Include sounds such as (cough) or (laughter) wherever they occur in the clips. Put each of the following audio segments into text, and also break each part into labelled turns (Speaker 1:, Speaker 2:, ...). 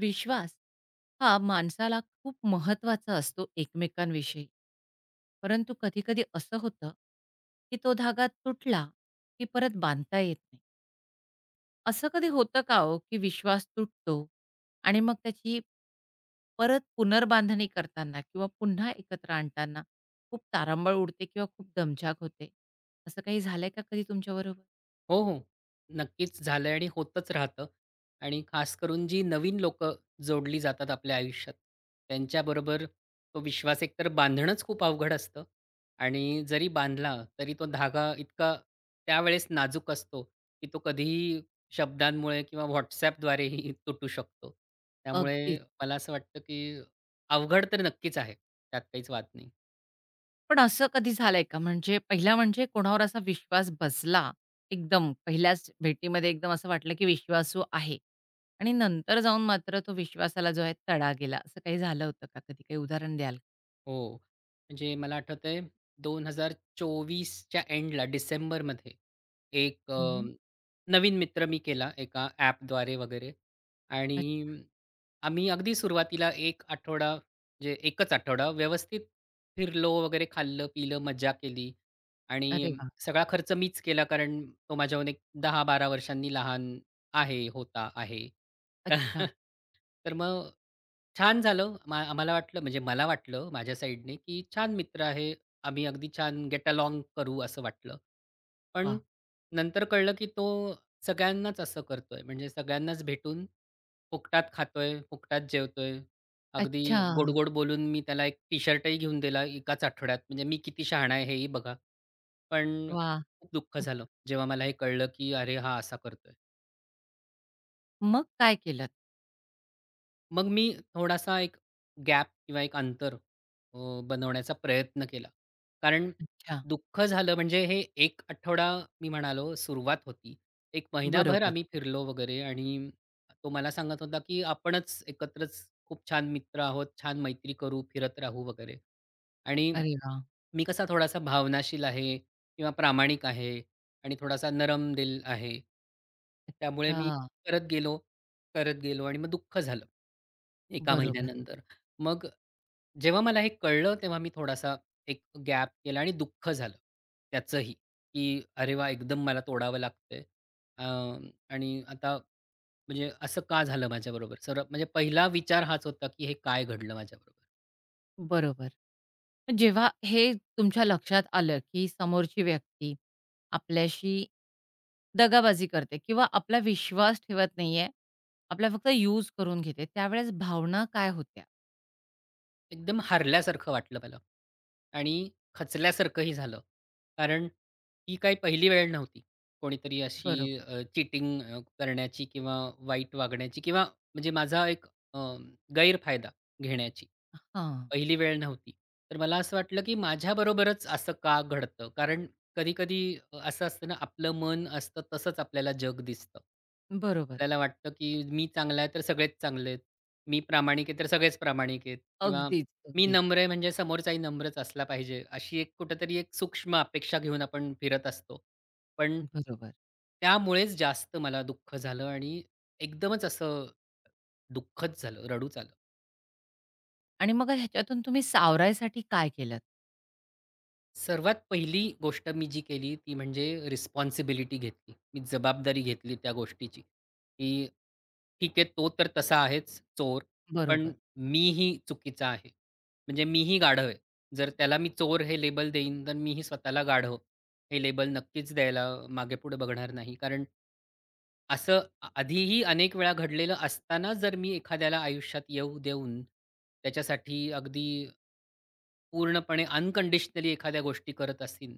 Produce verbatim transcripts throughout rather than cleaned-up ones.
Speaker 1: विश्वास हा माणसाला खूप महत्त्वाचा असतो एकमेकांविषयी. परंतु कधी-कधी असं होतं, की तो धागा तुटला, की परत बांधता येत नाही. असं कधी होतं का हो, की विश्वास तुटतो आणि मग त्याची परत पुनर्बांधणी करताना किंवा पुन्हा एकत्र आणताना खूप तारांबळ उडते किंवा खूप दमछाक होते. असं काही झालंय का कधी तुमच्याबरोबर?
Speaker 2: हो, हो. नक्कीच झालंय आणि होतच राहतं. आणि खास करून जी नवीन लोकं जोडली जातात आपल्या आयुष्यात, त्यांच्याबरोबर तो विश्वास एकतर बांधणंच खूप अवघड असतं आणि जरी बांधला तरी तो धागा इतका त्यावेळेस नाजूक असतो, की तो कधीही शब्दांमुळे किंवा WhatsAppद्वारेही तुटू शकतो.
Speaker 1: अगदी.
Speaker 2: त्यामुळे मला असं वाटतं, की अवघड तर नक्कीच आहे. त्यात काहीच वाद नाही.
Speaker 1: पण असं कधी झालंय का? म्हणजे पहिला म्हणजे कोणावर असा विश्वास बसला एकदम पहिल्याच भेटीमध्ये एकदम असं वाटलं, की विश्वासू आहे आणि नंतर जाऊन मात्र तो विश्वासाला जो आहे तडा गेला. असं काही झालं होतं का कधी? काही उदाहरण द्याल?
Speaker 2: हो. म्हणजे मला आठवतंय दोन हजार चोविसच्या एंडला डिसेंबरमध्ये एक अ,
Speaker 1: हं.
Speaker 2: नवीन मित्र मी केला एका ॲपद्वारे वगैरे आणि
Speaker 1: अ
Speaker 2: आम्ही अगदी सुरुवातीला एक आठवडा म्हणजे एकच आठवडा व्यवस्थित फिरलो वगैरे, खाल्लं-पिलं, मज्जा केली आणि
Speaker 1: अरे वाह!
Speaker 2: सगळा खर्च मीच केला कारण तो माझ्याहून एक दहा ते बारा वर्षांनी लहान आहे, होता, आहे.
Speaker 1: अच्छा.
Speaker 2: (laughs) तर मग छान झालं. मा आम्हाला वाटलं म्हणजे मला वाटलं माझ्या साइडने, की छान मित्र आहे. आम्ही अगदी छान गेट अलाँग करू असं वाटलं. पण
Speaker 1: वाह!
Speaker 2: नंतर कळलं, की तो सगळ्यांनाच असं करतोय. म्हणजे सगळ्यांनाच भेटून फुकटात खातोय, फुकटात जेवतोय. अगदी
Speaker 1: अच्छा.
Speaker 2: गोड-गोड बोलून मी त्याला एक टी-शर्टही घेऊन दिला एकाच आठवड्यात. म्हणजे मी किती शहाणा आहे हेही बघा. पण
Speaker 1: वाह!
Speaker 2: खूप दुःख झालं, जेव्हा मला हे कळलं, की अरे हा असा करतोय.
Speaker 1: मग काय केलंत?
Speaker 2: मग मी थोडासा एक गॅप किंवा एक अंतर अ, बनवण्याचा प्रयत्न केला. कारण
Speaker 1: अच्छा.
Speaker 2: दुःख झालं म्हणजे हे एक आठवडा मी म्हणालो सुरुवात होती. एक महिनाभर
Speaker 1: बरोबर.
Speaker 2: आम्ही फिरलो वगैरे आणि तो मला सांगत होता, की आपणच एकत्रच खूप छान मित्र आहोत, छान मैत्री करू, फिरत राहू वगैरे. आणि
Speaker 1: अरे वाह!
Speaker 2: मी कसा थोडासा भावनाशील आहे किंवा प्रामाणिक आहे आणि थोडासा नरम दिल आहे. त्यामुळे मी
Speaker 1: अच्छा.
Speaker 2: करत गेलो, करत गेलो आणि मग दुःख झालं. एका
Speaker 1: बरोबर,
Speaker 2: महिन्यानंतर. मग जेव्हा मला हे कळलं, तेव्हा मी थोडासा एक गॅप केला आणि दुःख झालं त्याचंही, की "अरे वाह! एकदम मला तोडावं लागतंय." अ, आणि आता म्हणजे असं का झालं माझ्याबरोबर? सर्वात म्हणजे पहिला विचार हाच होता, की हे काय घडलं माझ्याबरोबर?
Speaker 1: बरोबर. जेव्हा हे तुमच्या लक्षात आलं, की समोरची व्यक्ती आपल्याशी दगाबाजी करते किंवा आपला विश्वास ठेवत नाहीये, आपला फक्त यूज करून घेते, त्यावेळेस भावना काय होत्या?
Speaker 2: एकदम हरल्यासारखं वाटलं मला आणि खचल्यासारखंही झालं. कारण ही काही पहिली वेळ नव्हती. कोणीतरी अशी
Speaker 1: बरोबर.
Speaker 2: अ, चीटिंग अ, करण्याची किंवा वाईट वागण्याची किंवा म्हणजे माझा एक अ, गैरफायदा घेण्याची.
Speaker 1: हां,
Speaker 2: पहिली वेळ नव्हती. तर मला असं वाटलं, की माझ्याबरोबरच असं का घडतं? कारण कधी-कधी अ, असं असतं ना, आपलं मन असतं तसंच आपल्याला जग दिसतं.
Speaker 1: बरोबर.
Speaker 2: आपल्याला वाटतं, की मी चांगला आहे तर सगळेच चांगले आहेत. मी प्रामाणिक आहे तर सगळेच प्रामाणिक आहेत किंवा
Speaker 1: अगदीच,
Speaker 2: मी
Speaker 1: अगदीच.
Speaker 2: नम्र आहे म्हणजे समोरचाही नम्रच असला पाहिजे. अशी एक कुठेतरी एक सूक्ष्म अपेक्षा घेऊन आपण फिरत असतो. पण
Speaker 1: बरोबर.
Speaker 2: त्यामुळेच जास्त मला दुःख झालं आणि एकदमच असं दुःखच झालं, रडूच आलं.
Speaker 1: आणि मग ह्याच्यातून तुम्ही सावरायसाठी काय केलंत?
Speaker 2: सर्वात पहिली गोष्ट मी जी केली ती म्हणजे रिस्पॉन्सिबिलिटी घेतली. मी जबाबदारी घेतली त्या गोष्टीची, की ठीक आहे तो तर तसा आहेच चोर, पण
Speaker 1: बरोबर,
Speaker 2: मीही चुकीचा आहे. म्हणजे मीही गाढव आहे. जर त्याला मी चोर हे लेबल देईन, तर मीही स्वतःला गाढव हे लेबल नक्कीच द्यायला मागे-पुढे बघणार नाही. कारण असं आ आधीही अनेक वेळा घडलेलं असताना जर मी एखाद्याला आयुष्यात येऊ देऊन त्याच्यासाठी अगदी पूर्णपणे अनकंडिशनली एखाद्या गोष्टी करत असीन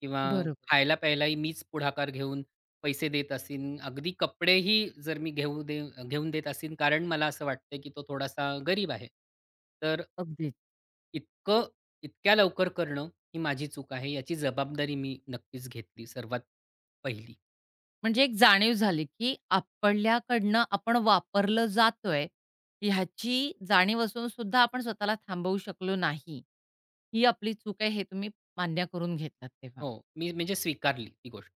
Speaker 2: किंवा हं.
Speaker 1: बरोबर.
Speaker 2: खायला-प्यायलाही मीच पुढाकार घेऊन पैसे देत असीन. अगदी कपडेही जर मी घेऊ दे घेऊन देत असीन, कारण मला असं वाटतंय, की तो थोडासा गरीब आहे. तर
Speaker 1: अगदीच.
Speaker 2: इतकं इतक्या लवकर करणं ही माझी चूक आहे, याची जबाबदारी मी नक्कीच घेतली सर्वात पहिली.
Speaker 1: म्हणजे एक जाणीव झाली, की आपल्याकडनं आपण वापरलं जातोय, ह्याची जाणीव असून सुद्धा आपण स्वतःला थांबवू शकलो नाही. ही आपली चूक आहे हे तुम्ही मान्य करून घेतलात तेव्हा.
Speaker 2: हो, मी म्हणजे स्वीकारली ती गोष्ट.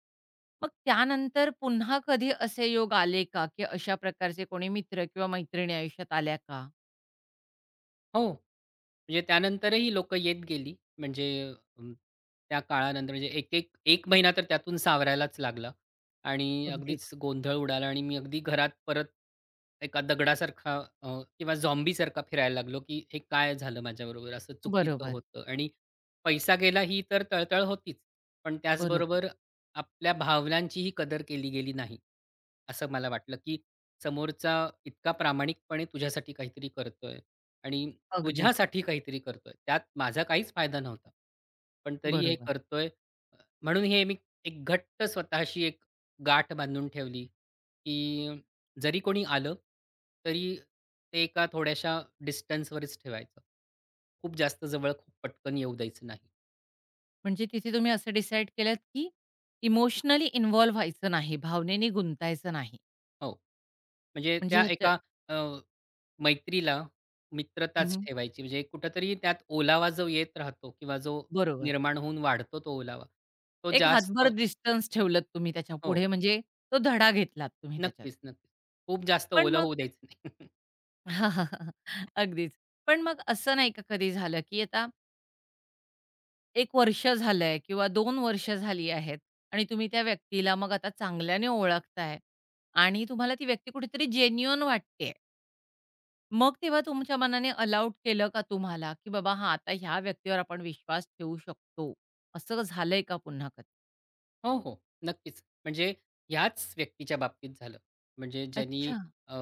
Speaker 1: मग त्यानंतर पुन्हा कधी असे योग आले का, की अशा प्रकारचे कोणी मित्र किंवा मैत्रिणी आयुष्यात आल्या का?
Speaker 2: हो. म्हणजे त्यानंतरही लोक येत गेली. म्हणजे अं, त्या काळानंतर म्हणजे एक-एक एक महिना तर त्यातून सावरायलाच लागला आणि
Speaker 1: अगदीच.
Speaker 2: अगदीच गोंधळ उडाला आणि मी अगदी घरात परत एका दगडासारखा अ, किंवा झॉम्बीसारखा फिरायला लागलो, की हे काय झालं माझ्याबरोबर? असं चुकीचं
Speaker 1: बरोबर,
Speaker 2: होतं आणि पैसा गेला ही तर तळतळ होतीच. पण
Speaker 1: बरोबर.
Speaker 2: त्याचबरोबर आपल्या भावनांचीही कदर केली गेली नाही. असं मला वाटलं, की समोरचा इतका प्रामाणिकपणे तुझ्यासाठी काहीतरी करतोय आणि
Speaker 1: अगदी
Speaker 2: तुझ्यासाठी काहीतरी करतोय. त्यात माझा काहीच फायदा नव्हता. पण तरी हे
Speaker 1: बरोबर.
Speaker 2: करतोय अ, म्हणून हे मी एक घट्ट स्वतःशी एक गाठ बांधून ठेवली, की जरी कोणी आलं, तरी ते एका थोड्याशा डिस्टन्सवरच ठेवायचं. खूप जास्त जवळ खूप पटकन येऊ द्यायचं नाही.
Speaker 1: म्हणजे तिथे तुम्ही असं डिसाईड केलंत, की इमोशनली इन्व्हॉल्व व्हायचं नाही, भावनेने गुंतायचं नाही.
Speaker 2: हो. म्हणजे
Speaker 1: म्हणजे
Speaker 2: त्या
Speaker 1: ह्याच्या
Speaker 2: एका अ, मैत्रीला मित्रताच
Speaker 1: हं,
Speaker 2: ठेवायची. म्हणजे कुठेतरी त्यात ओलावा जो येत राहतो किंवा जो
Speaker 1: बरोबर.
Speaker 2: निर्माण होऊन वाढतो तो ओलावा, तो
Speaker 1: एक
Speaker 2: जास्त
Speaker 1: हातभर डिस्टन्स ठेवलत तुम्ही त्याच्या
Speaker 2: हो.
Speaker 1: पुढे म्हणजे तो धडा घेतलात तुम्ही त्याच्यात.
Speaker 2: नक्कीच, नक्कीच. खूप जास्त
Speaker 1: पण
Speaker 2: ओलं
Speaker 1: मग
Speaker 2: होऊ द्यायचं नाही. (laughs)
Speaker 1: (laughs) अगदीच. पण मग असं नाही का कधी झालं, की आता एक वर्ष झालंय किंवा दोन वर्ष झाली आहेत आणि तुम्ही त्या व्यक्तीला मग आता चांगल्याने ओळखताय आणि तुम्हाला ती व्यक्ती कुठेतरी जेन्युइन वाटतेय. मग तेव्हा तुमच्या मनाने अलाउड केलं का तुम्हाला, की बाबा हां, आता ह्या व्यक्तीवर आपण विश्वास ठेवू शकतो. असं झालंय का पुन्हा कधी?
Speaker 2: हो, हो. नक्कीच. म्हणजे ह्याच व्यक्तीच्या बाबतीत झालं. म्हणजे ज्यांनी
Speaker 1: अच्छा.
Speaker 2: अ,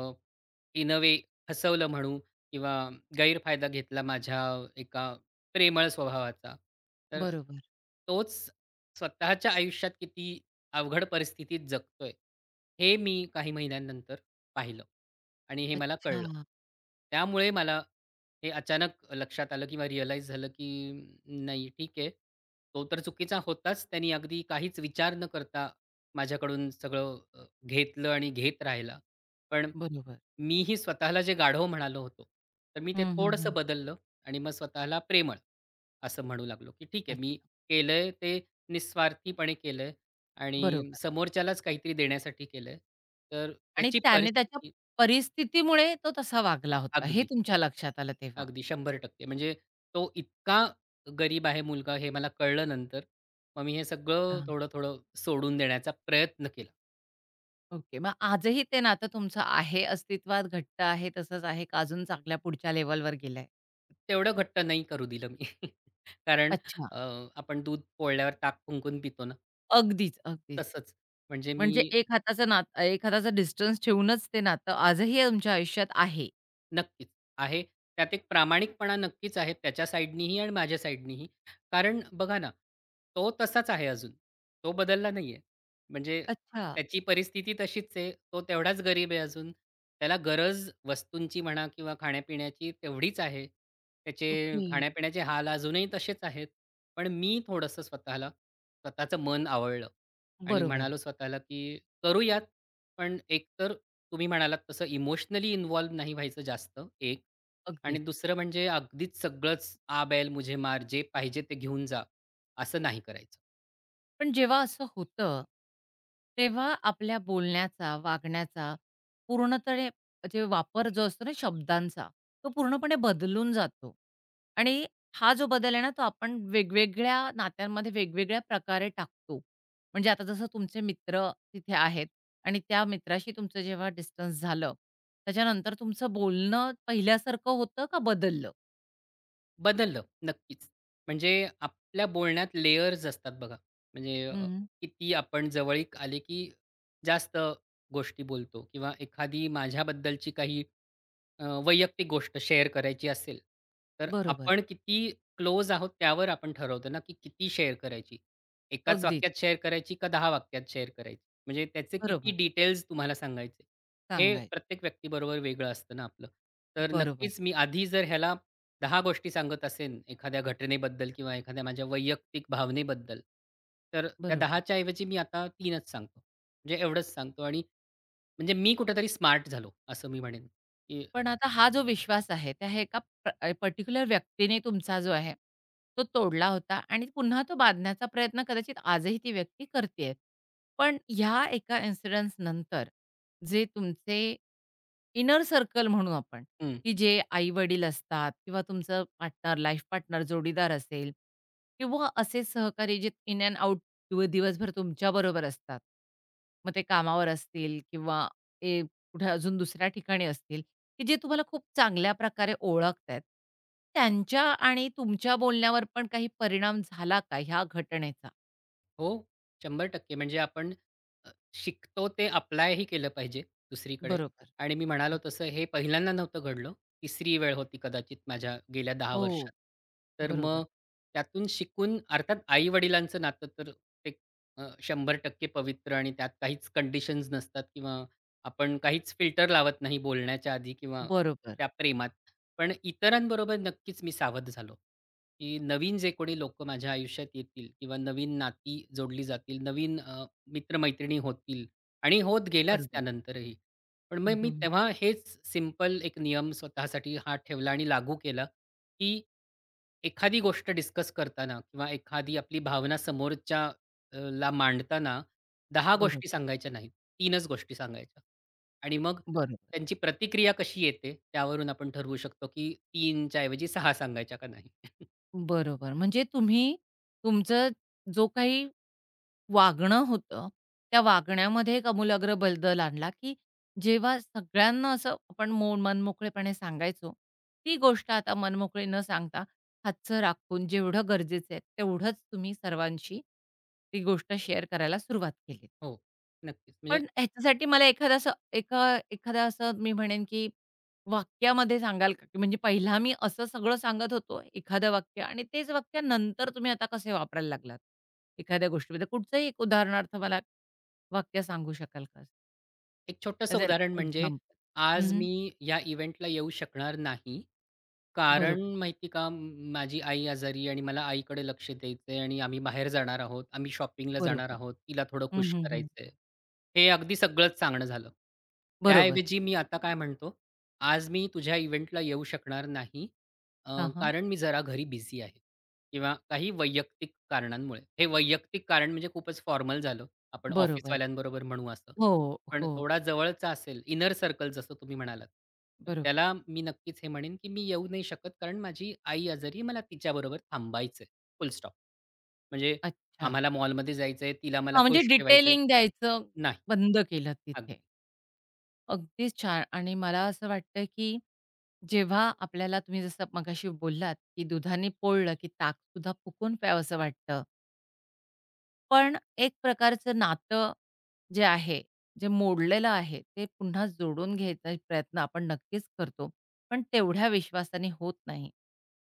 Speaker 2: इन अ वे फसवलं म्हणू किंवा गैरफायदा घेतला माझ्या एका प्रेमळ स्वभावाचा. तर
Speaker 1: बरोबर.
Speaker 2: तोच स्वतःच्या आयुष्यात किती अवघड परिस्थितीत जगतोय, हे मी काही महिन्यांनंतर पाहिलं. आणि हे मला
Speaker 1: अच्छा.
Speaker 2: कळलं. त्यामुळे मला हे अचानक लक्षात आलं किंवा रिअलाईज झालं, की "म, नाही ठीक आहे. तो तर चुकीचा होताच. त्यानी अगदी काहीच विचार न करता माझ्याकडून सगळं अ, घेतलं आणि घेत राहिला. पण
Speaker 1: बरोबर.
Speaker 2: मीही स्वतःला जे गाढव म्हणालो होतो, तर मी ते
Speaker 1: हं, हं,
Speaker 2: थोडंसं
Speaker 1: हं.
Speaker 2: बदललं आणि मग स्वतःला प्रेमळ असं म्हणू लागलो, की ठीक आहे मी
Speaker 1: अच्छा.
Speaker 2: केलंय ते निस्वार्थीपणे केलंय आणि
Speaker 1: बरोबर.
Speaker 2: समोरच्यालाच काहीतरी देण्यासाठी केलंय. तर
Speaker 1: आणि
Speaker 2: त्याची
Speaker 1: त्याने त्याच्या
Speaker 2: परिस्थिती
Speaker 1: परिस्थितीमुळे तो तसा वागला होता, हे
Speaker 2: अगदी.
Speaker 1: तुमच्या लक्षात आलं तेव्हा?
Speaker 2: अगदी शंभर टक्के म्हणजे तो इतका गरीब आहे मुलगा हे मला कळलं नंतर. मग मी हे सगळं
Speaker 1: अच्छा.
Speaker 2: थोडं-थोडं सोडून देण्याचा प्रयत्न केला.
Speaker 1: ओके. मग आजही ते नातं तुमचं आहे, अस्तित्वात घट्ट आहे, तसंच आहे का अजून चांगल्या पुढच्या लेव्हलवर गेलंय?
Speaker 2: तेवढं घट्ट नाही करू दिलं मी. (laughs) कारण
Speaker 1: अच्छा.
Speaker 2: अ, आपण दूध पोळल्यावर ताक फुंकून पितो ना,
Speaker 1: अगदीच, अगदीच.
Speaker 2: तसंच. म्हणजे मी
Speaker 1: म्हणजे एक हाताचं नातं एक हाताचं डिस्टन्स ठेवूनच ते नातं आजही तुमच्या आयुष्यात आहे.
Speaker 2: नक्कीच आहे. त्यात एक प्रामाणिकपणा नक्कीच आहे त्याच्या साइडनीही आणि माझ्या साइडनीही. कारण बघा ना, तो तसाच आहे अजून. तो बदलला नाहीये. म्हणजे
Speaker 1: अच्छा.
Speaker 2: त्याची परिस्थिती तशीच आहे. तो तेवढाच गरीब आहे अजून. त्याला गरज वस्तूंची म्हणा किंवा खाण्यापिण्याची तेवढीच आहे. त्याचे
Speaker 1: ओके.
Speaker 2: खाण्यापिण्याचे हाल अजूनही तसेच आहेत. पण मी थोडंसं स्वतःला स्वतःचं मन आवळलं आणि
Speaker 1: बरोबर आहे.
Speaker 2: म्हणालो स्वतःला, की करूयात. पण एकतर तुम्ही म्हणालात तसं इमोशनली इन्व्हॉल्व नाही व्हायचं जास्त एक आणि
Speaker 1: अगदीच.
Speaker 2: दुसरं म्हणजे अगदीच सगळंच "आ बैल मुझे मार, जे पाहिजे ते घेऊन जा" असं नाही करायचं.
Speaker 1: पण जेव्हा असं होतं, तेव्हा आपल्या बोलण्याचा, वागण्याचा पूर्णतः जे वापर जो असतो ना शब्दांचा, तो पूर्णपणे बदलून जातो. आणि हा जो बदल आहे ना, तो आपण वेगवेगळ्या नात्यांमध्ये वेगवेगळ्या प्रकारे टाकतो. म्हणजे आता जसं तुमचे मित्र तिथे आहेत आणि त्या मित्राशी तुमचं जेव्हा डिस्टन्स झालं, त्याच्यानंतर तुमचं बोलणं पहिल्यासारखं होतं का बदललं?
Speaker 2: बदललं नक्कीच. म्हणजे आपल्या बोलण्यात लेयर्स असतात बघा. म्हणजे अ,
Speaker 1: हं,
Speaker 2: किती आपण जवळीक आले की जास्त गोष्टी बोलतो किंवा एखादी माझ्याबद्दलची काही अ, वैयक्तिक गोष्ट शेअर करायची असेल, तर
Speaker 1: बरोबर.
Speaker 2: आपण किती क्लोज आहोत त्यावर आपण ठरवतो ना, की किती शेअर करायची. एकाच
Speaker 1: अगदीच.
Speaker 2: वाक्यात शेअर करायची का दहा वाक्यात शेअर करायची. म्हणजे त्याचे किती
Speaker 1: बरोबर.
Speaker 2: डिटेल्स तुम्हाला सांगायचे. हे
Speaker 1: सांगाय
Speaker 2: प्रत्येक व्यक्तीबरोबर वेगळं असतं ना आपलं. तर
Speaker 1: बरोबर,
Speaker 2: नक्कीच मी आधी जर ह्याला दहा गोष्टी सांगत असेन एखाद्या घटनेबद्दल किंवा एखाद्या माझ्या वैयक्तिक भावनेबद्दल, तर त्या दहा
Speaker 1: बरोबर.
Speaker 2: ऐवजी मी आता तीनच सांगतो. म्हणजे एवढंच सांगतो आणि म्हणजे मी कुठेतरी स्मार्ट झालो असं मी म्हणेन, की
Speaker 1: पण आता हा जो विश्वास आहे, त्या हे एका प पर्टिक्युलर व्यक्तीने तुमचा जो आहे, तो तोडला होता आणि पुन्हा तो बांधण्याचा प्रयत्न कदाचित आजही ती व्यक्ती करतीये. पण ह्या एका इन्सिडन्स नंतर, जे तुमचे इनर सर्कल म्हणू आपण, की जे आई-वडील असतात किंवा तुमचं पार्टनर, लाईफ पार्टनर, जोडीदार असेल किंवा असे सहकारी जे इन अँड आउट दिव दिवसभर तुमच्याबरोबर असतात. मग ते कामावर असतील किंवा ते कुठे अजून दुसऱ्या ठिकाणी असतील. की जे तुम्हाला खूप चांगल्या प्रकारे ओळखतायत. त्यांच्या आणि तुमच्या बोलण्यावर पण काही परिणाम झाला का ह्या घटनेचा?
Speaker 2: हो, शंभर टक्के म्हणजे आपण अ, शिकतो ते अप्लायही केलं पाहिजे दुसरीकडे
Speaker 1: बरोबर.
Speaker 2: आणि मी म्हणालो तसं हे पहिल्यांदा नव्हतं घडलं. तिसरी वेळ होती कदाचित माझ्या गेल्या दहा
Speaker 1: हो,
Speaker 2: वर्षात. तर
Speaker 1: बरोबर.
Speaker 2: मग त्यातून शिकून अर्थात आई-वडिलांचं नातं तर ते अ, शंभर टक्के पवित्र आणि त्यात काहीच कंडिशन्स नसतात किंवा आपण काहीच फिल्टर लावत नाही बोलण्याच्या आधी किंवा
Speaker 1: बरोबर,
Speaker 2: त्या प्रेमात. पण इतरांबरोबर नक्कीच मी सावध झालो, की नवीन जे कोणी लोकं माझ्या आयुष्यात येतील किंवा नवीन नाती जोडली जातील, नवीन अ, मित्र होतील आणि होत गेल्याच
Speaker 1: बरोबर.
Speaker 2: त्यानंतरही. पण मग
Speaker 1: हं, हं.
Speaker 2: मी
Speaker 1: हं.
Speaker 2: तेव्हा हेच सिंपल एक नियम स्वतःसाठी हा ठेवला आणि लागू केला, की एखादी गोष्ट डिस्कस करताना किंवा एखादी आपली भावना समोरच्या अ, ला मांडताना दहा गोष्टी
Speaker 1: बरोबर,
Speaker 2: सांगायच्या नाहीत. तीनच गोष्टी सांगायच्या आणि मग
Speaker 1: बरोबर,
Speaker 2: त्यांची प्रतिक्रिया कशी येते त्यावरून आपण ठरवू शकतो, की तीनच्या ऐवजी सहा सांगायच्या का नाही.
Speaker 1: बरोबर. म्हणजे तुम्ही तुमचं जो काही वागणं होतं, त्या वागण्यामध्ये एक आमूलाग्र बदल आणला, की जेव्हा सगळ्यांना असं आपण मो मनमोकळेपणे सांगायचो, ती गोष्ट आता मनमोकळी न सांगता हातचं राखून जेवढं गरजेचं आहे, तेवढंच तुम्ही सर्वांशी ती गोष्ट शेअर करायला सुरुवात केली.
Speaker 2: हो, नक्कीच. म्हणजे
Speaker 1: पण ह्याच्यासाठी मला एखादं असं एका एखादं असं मी म्हणेन, की वाक्यामध्ये सांगाल का? की म्हणजे पहिला मी असं सगळं सांगत होतो एखादं वाक्य आणि तेच वाक्य नंतर तुम्ही आता कसे वापरायला लागलात? एखाद्या गोष्टीमध्ये कुठचंही एक उदाहरणार्थ मला वाक्य सांगू शकाल का?
Speaker 2: एक छोटंसं
Speaker 1: ॲज अॅन
Speaker 2: उदाहरण म्हणजे
Speaker 1: एक्झाम्पल.
Speaker 2: आज मी या इव्हेंटला येऊ शकणार नाही. कारण
Speaker 1: बरोबर,
Speaker 2: माहिती का म- माझी आई आजारी आहे आणि मला आईकडे लक्ष द्यायचं आहे आणि आम्ही बाहेर जाणार आहोत. आम्ही शॉपिंगला जाणार
Speaker 1: बरोबर.
Speaker 2: आहोत. तिला थोडं
Speaker 1: हं,
Speaker 2: खुश
Speaker 1: हं, हं.
Speaker 2: करायचं आहे. हे अगदी सगळंच सांगणं झालं.
Speaker 1: बरोबर.
Speaker 2: त्याऐवजी मी आता काय म्हणतो, "आज मी तुझ्या इव्हेंटला येऊ शकणार नाही, अ,
Speaker 1: हां, हां.
Speaker 2: कारण मी जरा घरी बिझी आहे किंवा काही वैयक्तिक कारणांमुळे." हे वैयक्तिक कारण म्हणजे खूपच फॉर्मल झालं. आपण
Speaker 1: बरोबर.
Speaker 2: ऑफिसवाल्यांबरोबर म्हणू असं.
Speaker 1: हो,
Speaker 2: पण
Speaker 1: हो.
Speaker 2: थोडा जवळचा असेल, इनर सर्कल जसं तुम्ही म्हणालात, तर
Speaker 1: बरोबर.
Speaker 2: त्याला मी नक्कीच हे म्हणेन, की मी येऊ नाही शकत कारण माझी आई आजारी आहे. मला तिच्याबरोबर थांबायचंय, फुल स्टॉप. म्हणजे
Speaker 1: अच्छा.
Speaker 2: आम्हाला मॉलमध्ये जायचंय, तिला मला
Speaker 1: हां, म्हणजे
Speaker 2: खुश ठेवायचंय.
Speaker 1: डिटेलिंग द्यायचं
Speaker 2: नाही,
Speaker 1: बंद केलं
Speaker 2: अगदी.
Speaker 1: तिथे. अगदीच छान. आणि मला असं वाटतं, की जेव्हा आपल्याला तुम्ही जसं मगाशी बोललात, की दुधाने पोळलं, की ताकसुद्धा फुकून प्यावंसं वाटतं. पण एक प्रकारचं नातं जे आहे, जे मोडलेलं आहे, ते पुन्हा जोडून घ्यायचा प्रयत्न आपण नक्कीच करतो. पण तेवढ्या विश्वासाने होत नाही,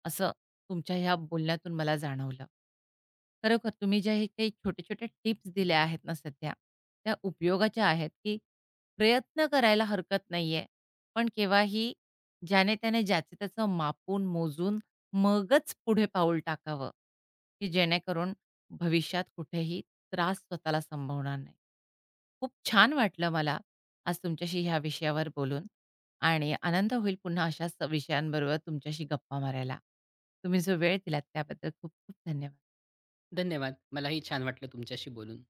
Speaker 1: असं तुमच्या ह्या बोलण्यातून मला जाणवलं. खरोखर तुम्ही ज्या हे काही छोटे-छोटे टिप्स दिल्या आहेत ना सध्या, त्या उपयोगाच्या आहेत, की प्रयत्न करायला हरकत नाहीये, पण केव्हाही ज्याने-त्याने ज्याचं-त्याचं मापून, मोजून मगच पुढे पाऊल टाकावं, की जेणेकरून भविष्यात कुठेही त्रास स्वतःला संभवणार नाही. खूप छान वाटलं मला आज तुमच्याशी ह्या विषयावर बोलून आणि आनंद होईल पुन्हा अशाच विषयांबरोबर तुमच्याशी गप्पा मारायला. तुम्ही जो वेळ दिलात त्याबद्दल खूप खूप धन्यवाद.
Speaker 2: धन्यवाद. मलाही छान वाटलं तुमच्याशी बोलून.